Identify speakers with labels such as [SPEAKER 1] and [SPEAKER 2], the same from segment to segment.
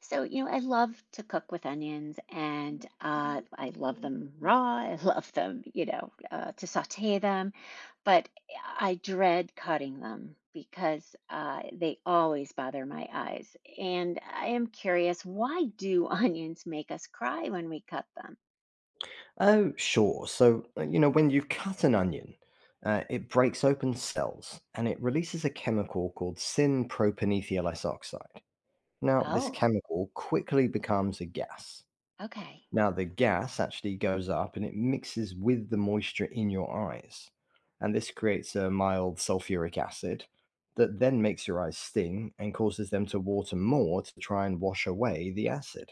[SPEAKER 1] So, you know, I love to cook with onions and I love them raw. I love them, to saute them, but I dread cutting them because they always bother my eyes. And I am curious, why do onions make us cry when we cut them?
[SPEAKER 2] Oh, sure. So when you cut an onion, it breaks open cells and it releases a chemical called synpropanethylus oxide. Now, this
[SPEAKER 1] Oh,
[SPEAKER 2] chemical quickly becomes a gas.
[SPEAKER 1] okay.
[SPEAKER 2] Now, the gas actually goes up and it mixes with the moisture in your eyes. And this creates a mild sulfuric acid that then makes your eyes sting and causes them to water more to try and wash away the acid.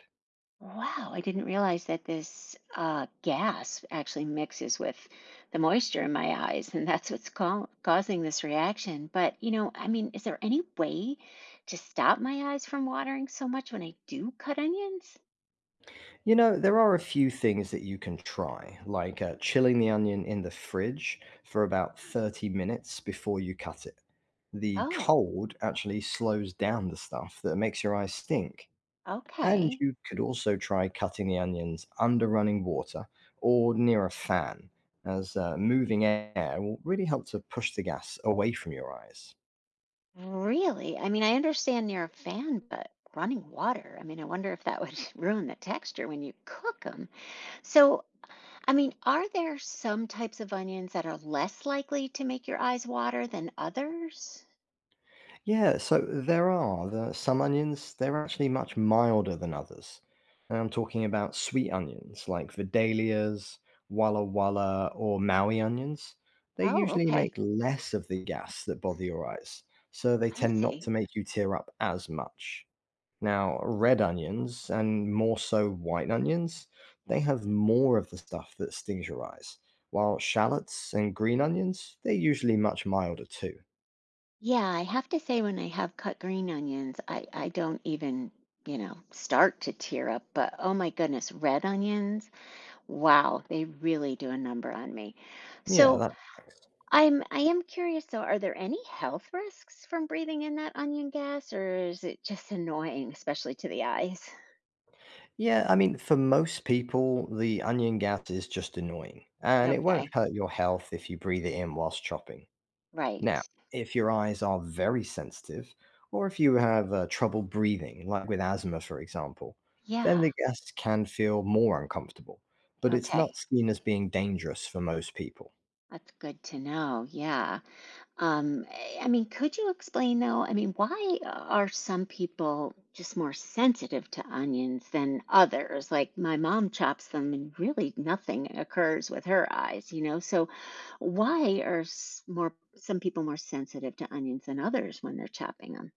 [SPEAKER 1] Wow, I didn't realize that this gas actually mixes with the moisture in my eyes, and that's what's causing this reaction. But, you know, I mean, is there any way to stop my eyes from watering so much when I do cut onions?
[SPEAKER 2] There are a few things that you can try, like chilling the onion in the fridge for about 30 minutes before you cut it. The
[SPEAKER 1] Oh,
[SPEAKER 2] cold actually slows down the stuff that makes your eyes stink. And
[SPEAKER 1] okay.
[SPEAKER 2] you could also try cutting the onions under running water or near a fan, as moving air will really help to push the gas away from your eyes.
[SPEAKER 1] Really? I mean, I understand you're a fan, but running water, I mean, I wonder if that would ruin the texture when you cook them. So, I mean, are there some types of onions that are less likely to make your eyes water than others?
[SPEAKER 2] Yeah, so there are. Some onions, they're actually much milder than others. And I'm talking about sweet onions like Vidalias, Walla Walla, or Maui onions. They
[SPEAKER 1] Oh,
[SPEAKER 2] usually make
[SPEAKER 1] okay.
[SPEAKER 2] less of the gas that bother your eyes, so they
[SPEAKER 1] I
[SPEAKER 2] tend not
[SPEAKER 1] see.
[SPEAKER 2] to make you tear up as much. Now, red onions, and more so white onions, they have more of the stuff that stings your eyes, while shallots and green onions, they're usually much milder too.
[SPEAKER 1] Yeah, I have to say when I have cut green onions, I don't even, you know, start to tear up, but oh my goodness, red onions, wow, they really do a number on me.
[SPEAKER 2] Yeah,
[SPEAKER 1] So
[SPEAKER 2] that
[SPEAKER 1] I am curious though, are there any health risks from breathing in that onion gas, or is it just annoying, especially to the eyes?
[SPEAKER 2] Yeah, I mean, for most people, the onion gas is just annoying, and it won't
[SPEAKER 1] Okay,
[SPEAKER 2] hurt your health if you breathe it in whilst chopping. Now,
[SPEAKER 1] right.
[SPEAKER 2] if your eyes are very sensitive, or if you have trouble breathing, like with asthma, for example, then
[SPEAKER 1] Yeah.
[SPEAKER 2] the gas can feel more uncomfortable, but it's not
[SPEAKER 1] Okay,
[SPEAKER 2] seen as being dangerous for most people.
[SPEAKER 1] that's good to know. Yeah. I mean, could you explain though? I mean, why are some people just more sensitive to onions than others? Like my mom chops them and really nothing occurs with her eyes, you know? So why are s- more some people more sensitive to onions than others when they're chopping them?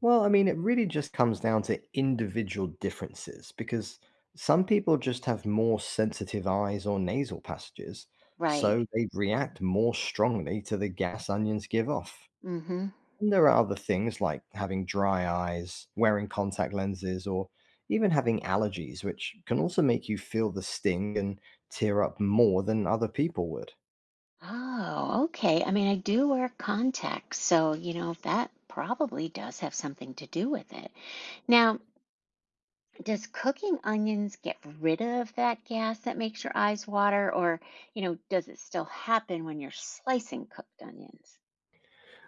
[SPEAKER 2] Well, I mean, it really just comes down to individual differences because some people just have more sensitive eyes or nasal passages,
[SPEAKER 1] Right.
[SPEAKER 2] so they react more strongly to the gas onions give off.
[SPEAKER 1] Mm-hmm.
[SPEAKER 2] And there are other things like having dry eyes, wearing contact lenses, or even having allergies, which can also make you feel the sting and tear up more than other people would.
[SPEAKER 1] Oh, okay. I mean, I do wear contacts, so you know that probably does have something to do with it. Now, does cooking onions get rid of that gas that makes your eyes water or you know does it still happen when you're slicing cooked onions?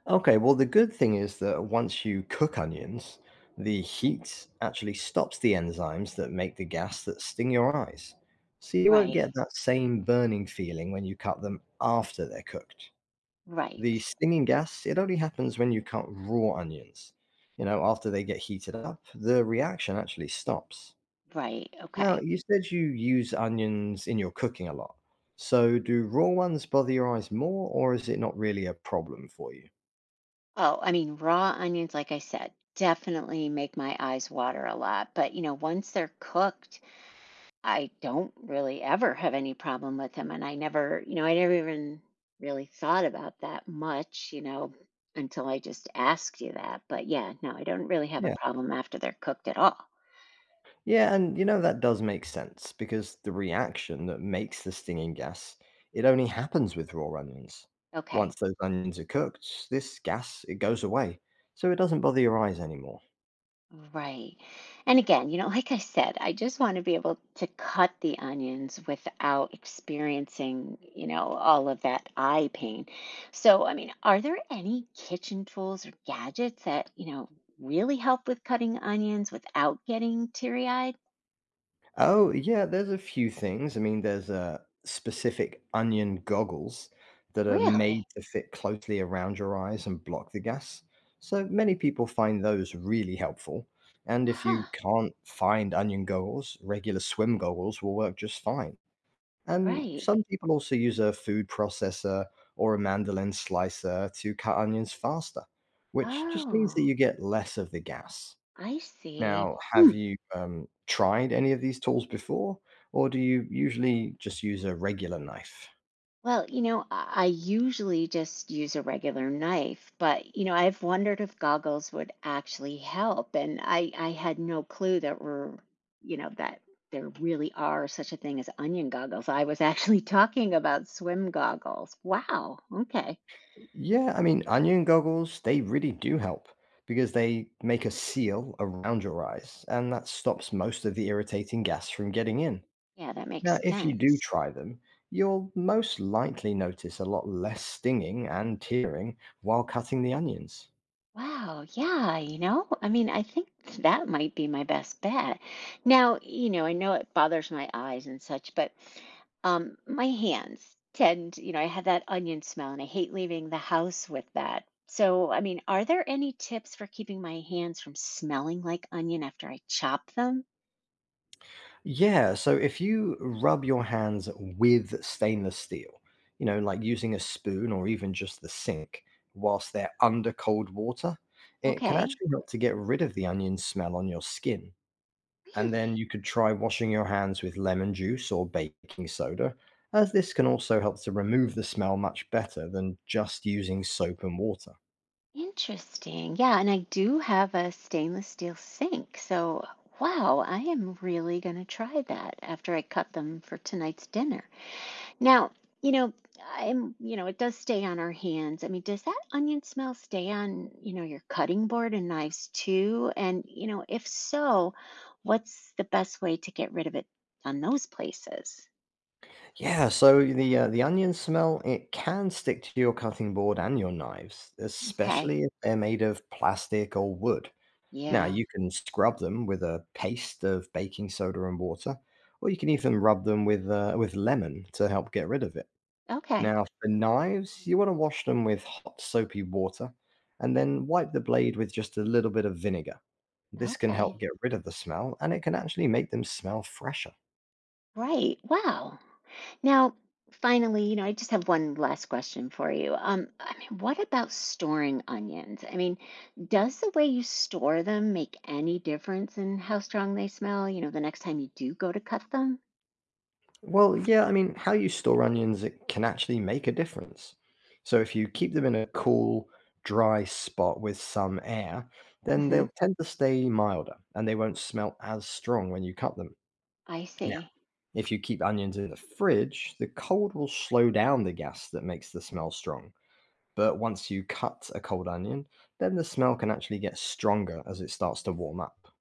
[SPEAKER 2] Okay, well, the good thing is that once you cook onions, the heat actually stops the enzymes that make the gas that sting your eyes. So you won't
[SPEAKER 1] Right.
[SPEAKER 2] get that same burning feeling when you cut them after they're cooked.
[SPEAKER 1] Right.
[SPEAKER 2] The stinging gas, it only happens when you cut raw onions. You know, after they get heated up, the reaction actually stops.
[SPEAKER 1] Right.
[SPEAKER 2] Now,
[SPEAKER 1] Okay.
[SPEAKER 2] you said you use onions in your cooking a lot. So do raw ones bother your eyes more, or is it not really a problem for you?
[SPEAKER 1] Oh, I mean raw onions, like I said, definitely make my eyes water a lot, but you know, once they're cooked, I don't really ever have any problem with him, and I never, you know, I never even really thought about that much, you know, until I just asked you that, but yeah, no, I don't really have a problem after they're cooked at all.
[SPEAKER 2] Yeah, and you know that does make sense because the reaction that makes the stinging gas, it only happens with raw onions.
[SPEAKER 1] Okay.
[SPEAKER 2] Once those onions are cooked, this gas it goes away, so it doesn't bother your eyes anymore.
[SPEAKER 1] Right. And again, you know, like I said, I just want to be able to cut the onions without experiencing, you know, all of that eye pain. So, I mean, are there any kitchen tools or gadgets that, you know, really help with cutting onions without getting teary-eyed?
[SPEAKER 2] Oh, yeah, there's a few things. I mean, there's specific onion goggles that are made
[SPEAKER 1] Really?
[SPEAKER 2] to fit closely around your eyes and block the gas. So many people find those really helpful. And if you
[SPEAKER 1] Huh,
[SPEAKER 2] can't find onion goggles, regular swim goggles will work just fine. And
[SPEAKER 1] right.
[SPEAKER 2] some people also use a food processor or a mandolin slicer to cut onions faster, which just means that
[SPEAKER 1] Oh,
[SPEAKER 2] you get less of the gas.
[SPEAKER 1] I see.
[SPEAKER 2] Now, have
[SPEAKER 1] Hmm.
[SPEAKER 2] you tried any of these tools before, or do you usually just use a regular knife?
[SPEAKER 1] Well, you know, I usually just use a regular knife, but you know, I've wondered if goggles would actually help, and I had no clue that we're, you know, that there really are such a thing as onion goggles. I was actually talking about swim goggles. Wow. Okay.
[SPEAKER 2] Yeah, I mean, onion goggles, they really do help because they make a seal around your eyes, and that stops most of the irritating gas from getting in.
[SPEAKER 1] Yeah, that
[SPEAKER 2] Now,
[SPEAKER 1] makes
[SPEAKER 2] if you do
[SPEAKER 1] sense.
[SPEAKER 2] try them, you'll most likely notice a lot less stinging and tearing while cutting the onions.
[SPEAKER 1] Wow, yeah, you know, I mean, I think that might be my best bet. Now, you know, I know it bothers my eyes and such, but my hands tend, you know, I have that onion smell and I hate leaving the house with that. So, I mean, are there any tips for keeping my hands from smelling like onion after I chop them?
[SPEAKER 2] Yeah, so if you rub your hands with stainless steel, you know, like using a spoon or even just the sink, whilst they're under cold water, it can
[SPEAKER 1] Okay.
[SPEAKER 2] actually help to get rid of the onion smell on your skin. And
[SPEAKER 1] Really?
[SPEAKER 2] then you could try washing your hands with lemon juice or baking soda, as this can also help to remove the smell much better than just using soap and water.
[SPEAKER 1] Interesting. Yeah, and I do have a stainless steel sink. So, wow, I am really going to try that after I cut them for tonight's dinner. Now, you know, I'm, you know, it does stay on our hands. I mean, does that onion smell stay on, you know, your cutting board and knives too? And, you know, if so, what's the best way to get rid of it on those places?
[SPEAKER 2] Yeah, so the onion smell it can stick to your cutting board and your knives,
[SPEAKER 1] Okay.
[SPEAKER 2] especially if they're made of plastic or wood. Now
[SPEAKER 1] Yeah.
[SPEAKER 2] you can scrub them with a paste of baking soda and water, or you can even rub them with with lemon to help get rid of it.
[SPEAKER 1] Okay.
[SPEAKER 2] Now, for knives, you want to wash them with hot, soapy water and then wipe the blade with just a little bit of vinegar. This can help
[SPEAKER 1] Okay.
[SPEAKER 2] get rid of the smell and it can actually make them smell fresher.
[SPEAKER 1] Right. Wow. Now, finally, you know, I just have one last question for you. I mean, what about storing onions? I mean, does the way you store them make any difference in how strong they smell, you know, the next time you do go to cut them?
[SPEAKER 2] Well, yeah, I mean, how you store onions it can actually make a difference. So if you keep them in a cool, dry spot with some air, then they'll
[SPEAKER 1] Hmm.
[SPEAKER 2] tend to stay milder and they won't smell as strong when you cut them.
[SPEAKER 1] I
[SPEAKER 2] Now,
[SPEAKER 1] see.
[SPEAKER 2] if you keep onions in the fridge, the cold will slow down the gas that makes the smell strong. But once you cut a cold onion, then the smell can actually get stronger as it starts to warm up.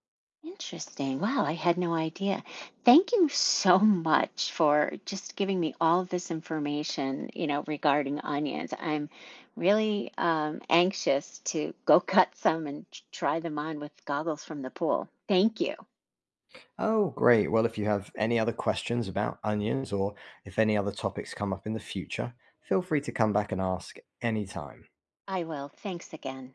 [SPEAKER 1] Interesting. Wow, I had no idea. Thank you so much for just giving me all of this information, you know, regarding onions. I'm really anxious to go cut some and try them on with goggles from the pool. Thank you.
[SPEAKER 2] Oh, great. Well, if you have any other questions about onions or if any other topics come up in the future, feel free to come back and ask anytime.
[SPEAKER 1] I will. Thanks again.